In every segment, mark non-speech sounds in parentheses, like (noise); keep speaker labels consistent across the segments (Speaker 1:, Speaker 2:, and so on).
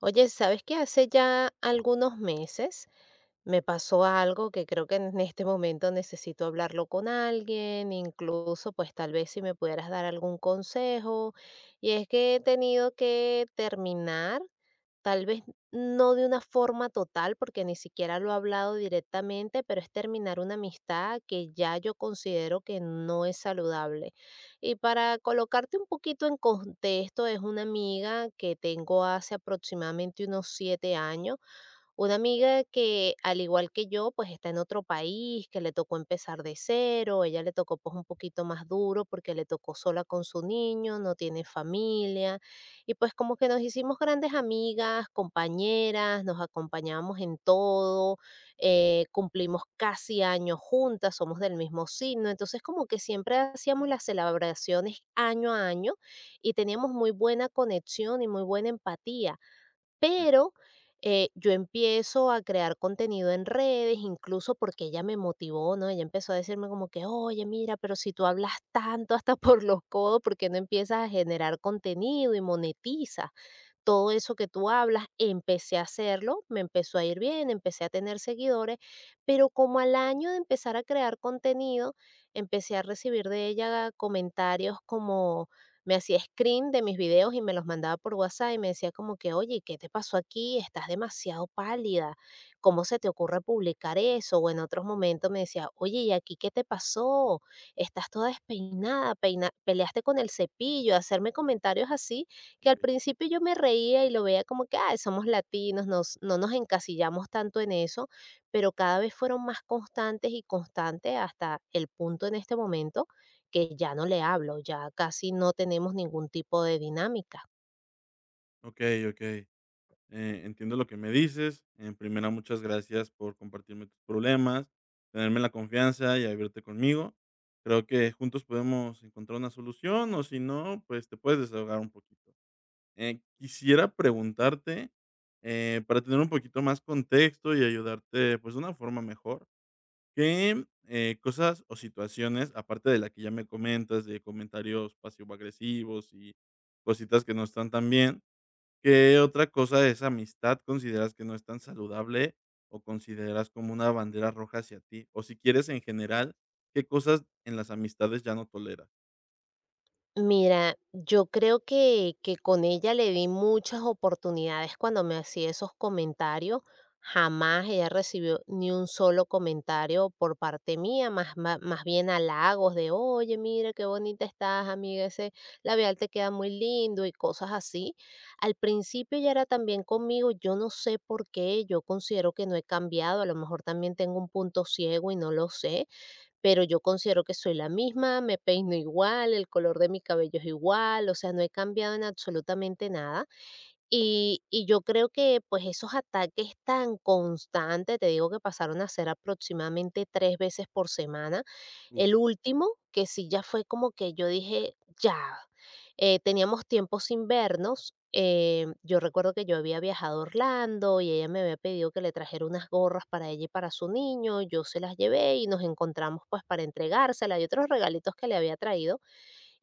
Speaker 1: Oye, ¿sabes qué? Hace ya algunos meses me pasó algo que creo que en este momento necesito hablarlo con alguien, incluso pues tal vez si me pudieras dar algún consejo. Y es que he tenido que terminar. Tal vez no de una forma total, porque ni siquiera lo he hablado directamente, pero es terminar una amistad que ya yo considero que no es saludable. Y para colocarte un poquito en contexto, es una amiga que tengo hace aproximadamente unos 7 años, una amiga que, al igual que yo, pues está en otro país, que le tocó empezar de cero, ella le tocó pues un poquito más duro porque le tocó sola con su niño, no tiene familia, y pues como que nos hicimos grandes amigas, compañeras, nos acompañábamos en todo, cumplimos casi años juntas, somos del mismo signo, entonces como que siempre hacíamos las celebraciones año a año y teníamos muy buena conexión y muy buena empatía, pero yo empiezo a crear contenido en redes, incluso porque ella me motivó, ¿no? Ella empezó a decirme como que: "Oye, mira, pero si tú hablas tanto hasta (laughs) por los codos, ¿por qué no empiezas a generar contenido y monetizas?". Todo eso que tú hablas, empecé a hacerlo, me empezó a ir bien, empecé a tener seguidores, pero como al año de empezar a crear contenido, empecé a recibir de ella comentarios como, me hacía screen de mis videos y me los mandaba por WhatsApp y me decía como que, oye, ¿qué te pasó aquí? Estás demasiado pálida, ¿cómo se te ocurre publicar eso? O en otros momentos me decía, oye, ¿y aquí qué te pasó? Estás toda despeinada, peleaste con el cepillo, hacerme comentarios así que al principio yo me reía y lo veía como que, ay, somos latinos, no nos encasillamos tanto en eso, pero cada vez fueron más constantes y constantes hasta el punto en este momento que ya no le hablo, ya casi no tenemos ningún tipo de dinámica.
Speaker 2: Okey, okey. Entiendo lo que me dices. En primera, muchas gracias por compartirme tus problemas, tenerme la confianza y abrirte conmigo. Creo que juntos podemos encontrar una solución, o si no, pues, te puedes desahogar un poquito. Quisiera preguntarte, para tener un poquito más contexto y ayudarte, pues, de una forma mejor, ¿qué, cosas o situaciones, aparte de la que ya me comentas, de comentarios pasivo-agresivos y cositas que no están tan bien, ¿qué otra cosa de esa amistad consideras que no es tan saludable o consideras como una bandera roja hacia ti? O si quieres, en general, ¿qué cosas en las amistades ya no toleras?
Speaker 1: Mira, yo creo que con ella le di muchas oportunidades cuando me hacía esos comentarios. Jamás ella recibió ni un solo comentario por parte mía, bien halagos de, oye, mira qué bonita estás, amiga, ese labial te queda muy lindo y cosas así. Al principio ya era también conmigo, yo no sé por qué, yo considero que no he cambiado, a lo mejor también tengo un punto ciego y no lo sé, pero yo considero que soy la misma, me peino igual, el color de mi cabello es igual, o sea, no he cambiado en absolutamente nada. Y yo creo que, pues, esos ataques tan constantes, te digo que pasaron a ser aproximadamente 3 veces por semana.
Speaker 2: Uf.
Speaker 1: El último, que sí ya fue como que yo dije: "Ya". Teníamos tiempo sin vernos, yo recuerdo que yo había viajado a Orlando y ella me había pedido que le trajera unas gorras para ella y para su niño, yo se las llevé y nos encontramos, pues, para entregárselas y otros regalitos que le había traído.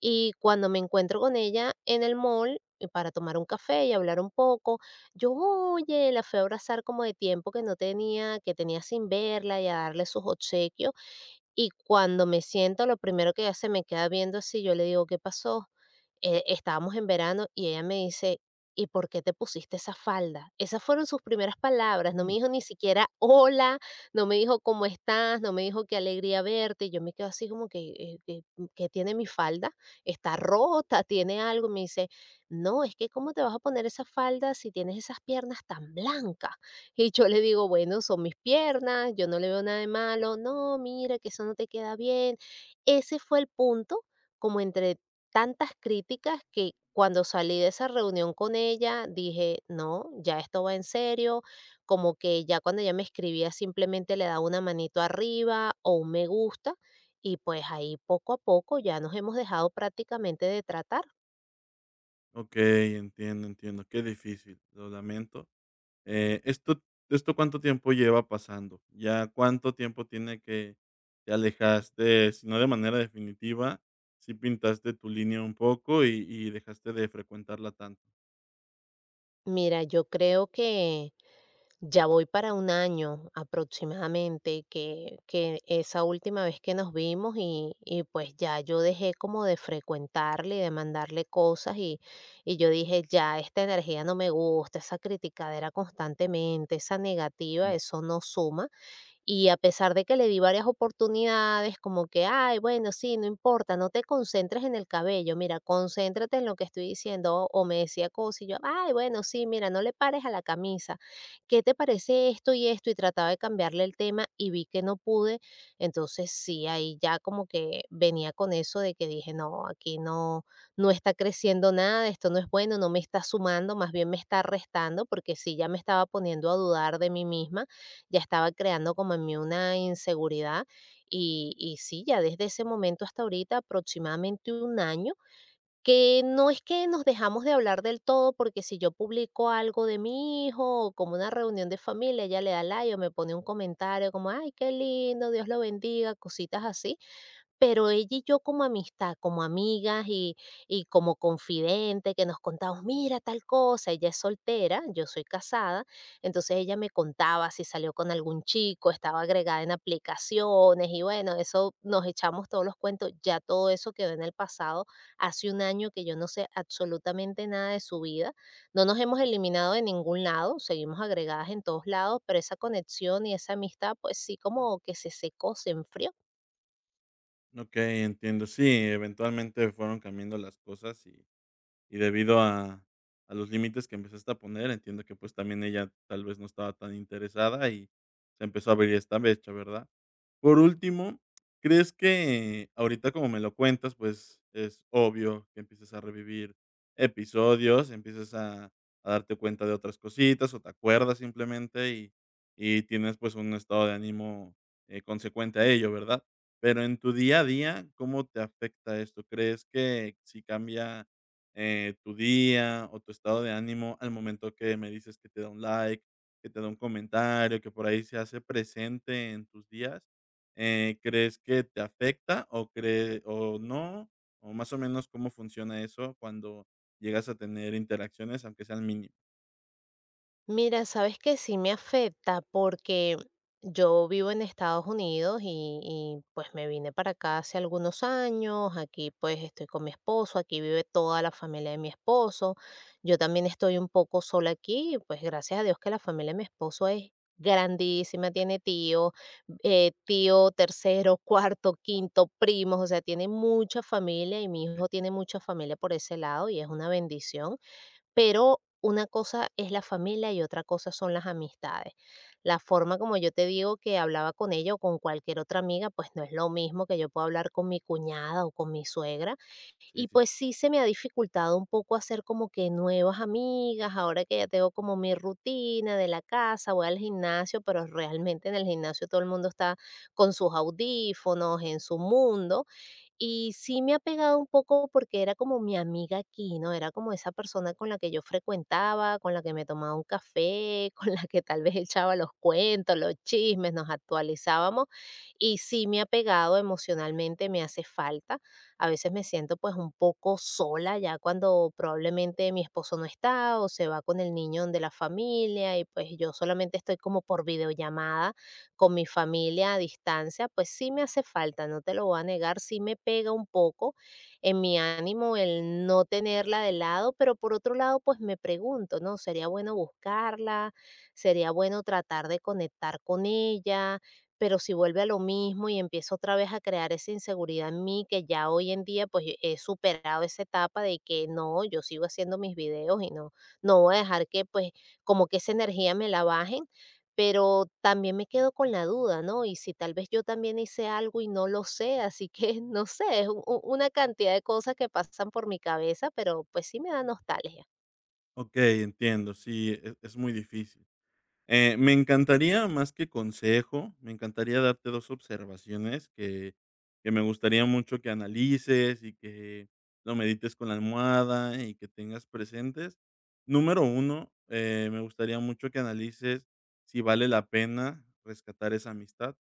Speaker 1: Y cuando me encuentro con ella en el mall, para tomar un café y hablar un poco, yo, oye, la fui a abrazar como de tiempo que no tenía, que tenía sin verla y a darle sus obsequios. Y cuando me siento, lo primero que ella se me queda viendo así, yo le digo: "¿Qué pasó?". Estábamos en verano y ella me dice: "¿Y por qué te pusiste esa falda?". Esas fueron sus primeras palabras, no me
Speaker 2: Ujú.
Speaker 1: dijo ni siquiera hola, no me dijo cómo estás, no me dijo qué alegría verte, y yo me quedo así como que, ¿qué qué tiene mi falda? ¿Está rota? ¿Tiene algo? Y me dice: "No, es que cómo te vas a poner esa falda si tienes esas piernas tan blancas". Y yo le digo, bueno, son mis piernas, yo no le veo nada de malo, no, mira que eso no te queda bien. Ese fue el punto, como entre tantas críticas que cuando salí de esa reunión con ella, dije, no, ya esto va en serio, como que ya cuando ella me escribía simplemente le daba una manito arriba o un me gusta y pues ahí poco a poco ya nos hemos dejado prácticamente de tratar.
Speaker 2: Okey, entiendo, entiendo, qué difícil, lo lamento. Eh, ¿esto esto cuánto tiempo lleva pasando? ¿Ya cuánto tiempo tiene que te alejaste, si no de manera definitiva, si pintaste tu línea un poco y dejaste de frecuentarla tanto?
Speaker 1: Mira, yo creo que ya voy para un año aproximadamente que esa última vez que nos vimos y pues ya yo dejé como de frecuentarle y de mandarle cosas y yo dije, ya esta energía no me gusta, esa criticadera constantemente, esa negativa, eso no suma y a pesar de que le di varias oportunidades, como que, ay, bueno, sí, no importa, no te concentres en el cabello, mira, concéntrate en lo que estoy diciendo. O me decía cosas y yo, ay, bueno, sí, mira, no le pares a la camisa. ¿Qué te parece esto y esto? Y trataba de cambiarle el tema y vi que no pude. Entonces, sí, ahí ya como que venía con eso de que dije, no, aquí no, no está creciendo nada, esto no es bueno, no me está sumando, más bien me está restando, porque sí, ya me estaba poniendo a dudar de mí misma, ya estaba creando como en mí una inseguridad y sí, ya desde ese momento hasta ahorita aproximadamente un año, que no es que nos dejamos de hablar del todo, porque si yo publico algo de mi hijo, o como una reunión de familia, ella le da like o me pone un comentario como, ay, qué lindo, Dios lo bendiga, cositas así, pero ella y yo como amistad, como amigas y como confidente, que nos contábamos, mira tal cosa, ella es soltera, yo soy casada, entonces ella me contaba si salió con algún chico, estaba agregada en aplicaciones y bueno, eso nos echamos todos los cuentos, ya todo eso quedó en el pasado, hace un año que yo no sé absolutamente nada de su vida, no nos hemos eliminado de ningún lado, seguimos agregadas en todos lados, pero esa conexión y esa amistad, pues sí, como que se secó, se enfrió.
Speaker 2: Ok, entiendo. Sí, eventualmente fueron cambiando las cosas y debido a los límites que empezaste a poner, entiendo que, pues, también ella tal vez no estaba tan interesada y se empezó a abrir esta brecha, ¿verdad? Por último, ¿crees que ahorita como me lo cuentas, pues es obvio que empieces a revivir episodios, empiezas a darte cuenta de otras cositas o te acuerdas simplemente y tienes pues un estado de ánimo consecuente a ello, ¿verdad? Pero en tu día a día, ¿cómo te afecta esto? ¿Crees que si cambia tu día o tu estado de ánimo al momento que me dices que te da un like, que te da un comentario, que por ahí se hace presente en tus días? ¿Crees que te afecta o cree o no? O más o menos, ¿cómo funciona eso cuando llegas a tener interacciones, aunque sean mínimas?
Speaker 1: Mira, sabes que sí me afecta porque yo vivo en Estados Unidos y pues me vine para acá hace algunos años, aquí pues estoy con mi esposo, aquí vive toda la familia de mi esposo, yo también estoy un poco sola aquí, pues gracias a Dios que la familia de mi esposo es grandísima, tiene tío, tío tercero, cuarto, quinto, primos, o sea, tiene mucha familia y mi
Speaker 2: Okey.
Speaker 1: hijo tiene mucha familia por ese lado y es una bendición, pero una cosa es la familia y otra cosa son las amistades. La forma como yo te digo que hablaba con ella o con cualquier otra amiga, pues no es lo mismo que yo pueda hablar con mi cuñada o con mi suegra.
Speaker 2: Sí,
Speaker 1: Y
Speaker 2: sí.
Speaker 1: pues sí se me ha dificultado un poco hacer como que nuevas amigas, ahora que ya tengo como mi rutina de la casa, voy al gimnasio, pero realmente en el gimnasio todo el mundo está con sus audífonos, en su mundo y sí me ha pegado un poco porque era como mi amiga aquí, ¿no? Era como esa persona con la que yo frecuentaba, con la que me tomaba un café, (laughs) con la que tal vez echaba los cuentos, los chismes, nos actualizábamos. Y sí me ha pegado emocionalmente, me hace falta. A veces me siento pues un poco sola ya cuando probablemente mi esposo no está o se va con el niño de la familia y pues yo solamente estoy como por videollamada con mi familia a distancia, pues sí me hace falta, no te lo voy a negar, sí me pega un poco en mi ánimo el no tenerla de lado, pero por otro lado, pues me pregunto, ¿no? Sería bueno buscarla, sería bueno tratar de conectar con ella, pero si vuelve a lo mismo y empiezo otra vez a crear esa inseguridad en mí, que ya hoy en día pues he superado esa etapa de que no, yo sigo haciendo mis videos y no, no voy a dejar que pues como que esa energía me la bajen, pero también me quedo con la duda, ¿no? Y si tal vez yo también hice algo y no lo sé, así que (laughs) no sé, es una cantidad de cosas que pasan por mi cabeza, pero pues sí me da nostalgia.
Speaker 2: Okey, entiendo. Sí, e es muy difícil. Me encantaría, más que consejo, me encantaría darte 2 observaciones que me gustaría mucho que analices y que lo medites con la almohada y que tengas presentes. Número uno, me gustaría mucho que analices si vale la pena rescatar esa amistad.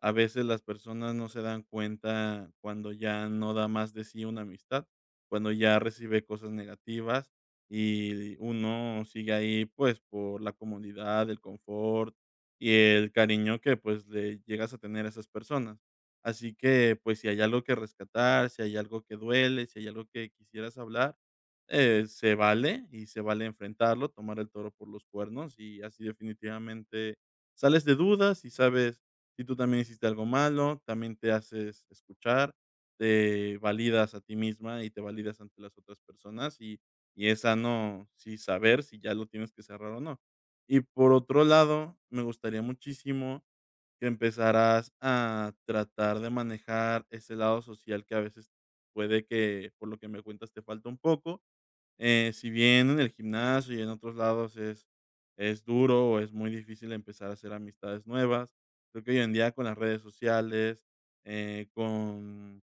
Speaker 2: A veces las personas no se dan cuenta cuando ya no da más de sí una amistad, cuando ya recibe cosas negativas y uno sigue ahí, pues, por la comodidad, el confort y el cariño que, pues, le llegas a tener a esas personas. Así que, pues, si hay algo que rescatar, si hay algo que duele, si hay algo que quisieras hablar, se vale, y se vale enfrentarlo, tomar el toro por los cuernos, y así definitivamente sales de dudas y sabes si tú también hiciste algo malo, también te haces escuchar, te validas a ti misma y te validas ante las otras personas, y es sano sí saber si ya lo tienes que cerrar o no. Y por otro lado, me gustaría muchísimo que empezaras a tratar de manejar ese lado social que a veces puede que, por lo que me cuentas, te falta un poco, si bien en el gimnasio y en otros lados es duro o es muy difícil empezar a hacer amistades nuevas, creo que hoy en día con las redes sociales, con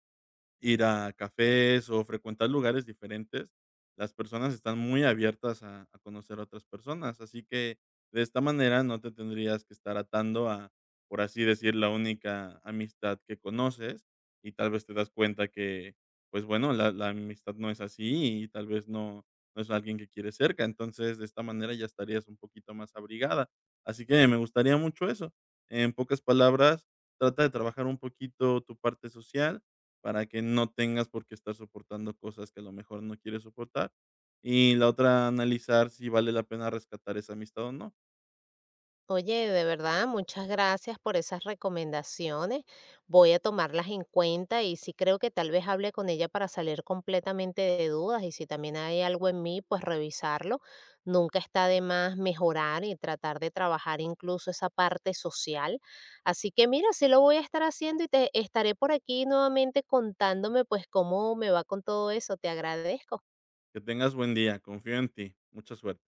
Speaker 2: ir a cafés o frecuentar lugares diferentes, las personas están muy abiertas a conocer a otras personas. Así que de esta manera no te tendrías que estar atando a, por así decir, la única amistad que conoces y tal vez te das cuenta que, pues bueno, la amistad no es así y tal vez no, no es alguien que quieres cerca. Entonces de esta manera ya estarías un poquito más abrigada. Así que me gustaría mucho eso. En pocas palabras, trata de trabajar un poquito tu parte social para que no tengas por qué estar soportando cosas que a lo mejor no quieres soportar. Y la otra, analizar si vale la pena rescatar esa amistad o no.
Speaker 1: Oye, de verdad, muchas gracias por esas recomendaciones. Voy a tomarlas en cuenta y sí creo que tal vez hable con ella para salir completamente de dudas y si también hay algo en mí, pues revisarlo. Nunca está de más mejorar y tratar de trabajar incluso esa parte social. Así que mira, sí lo voy a estar haciendo y te estaré por aquí nuevamente contándome pues cómo me va con todo eso. Te agradezco.
Speaker 2: Que tengas buen día, confío en ti, mucha suerte.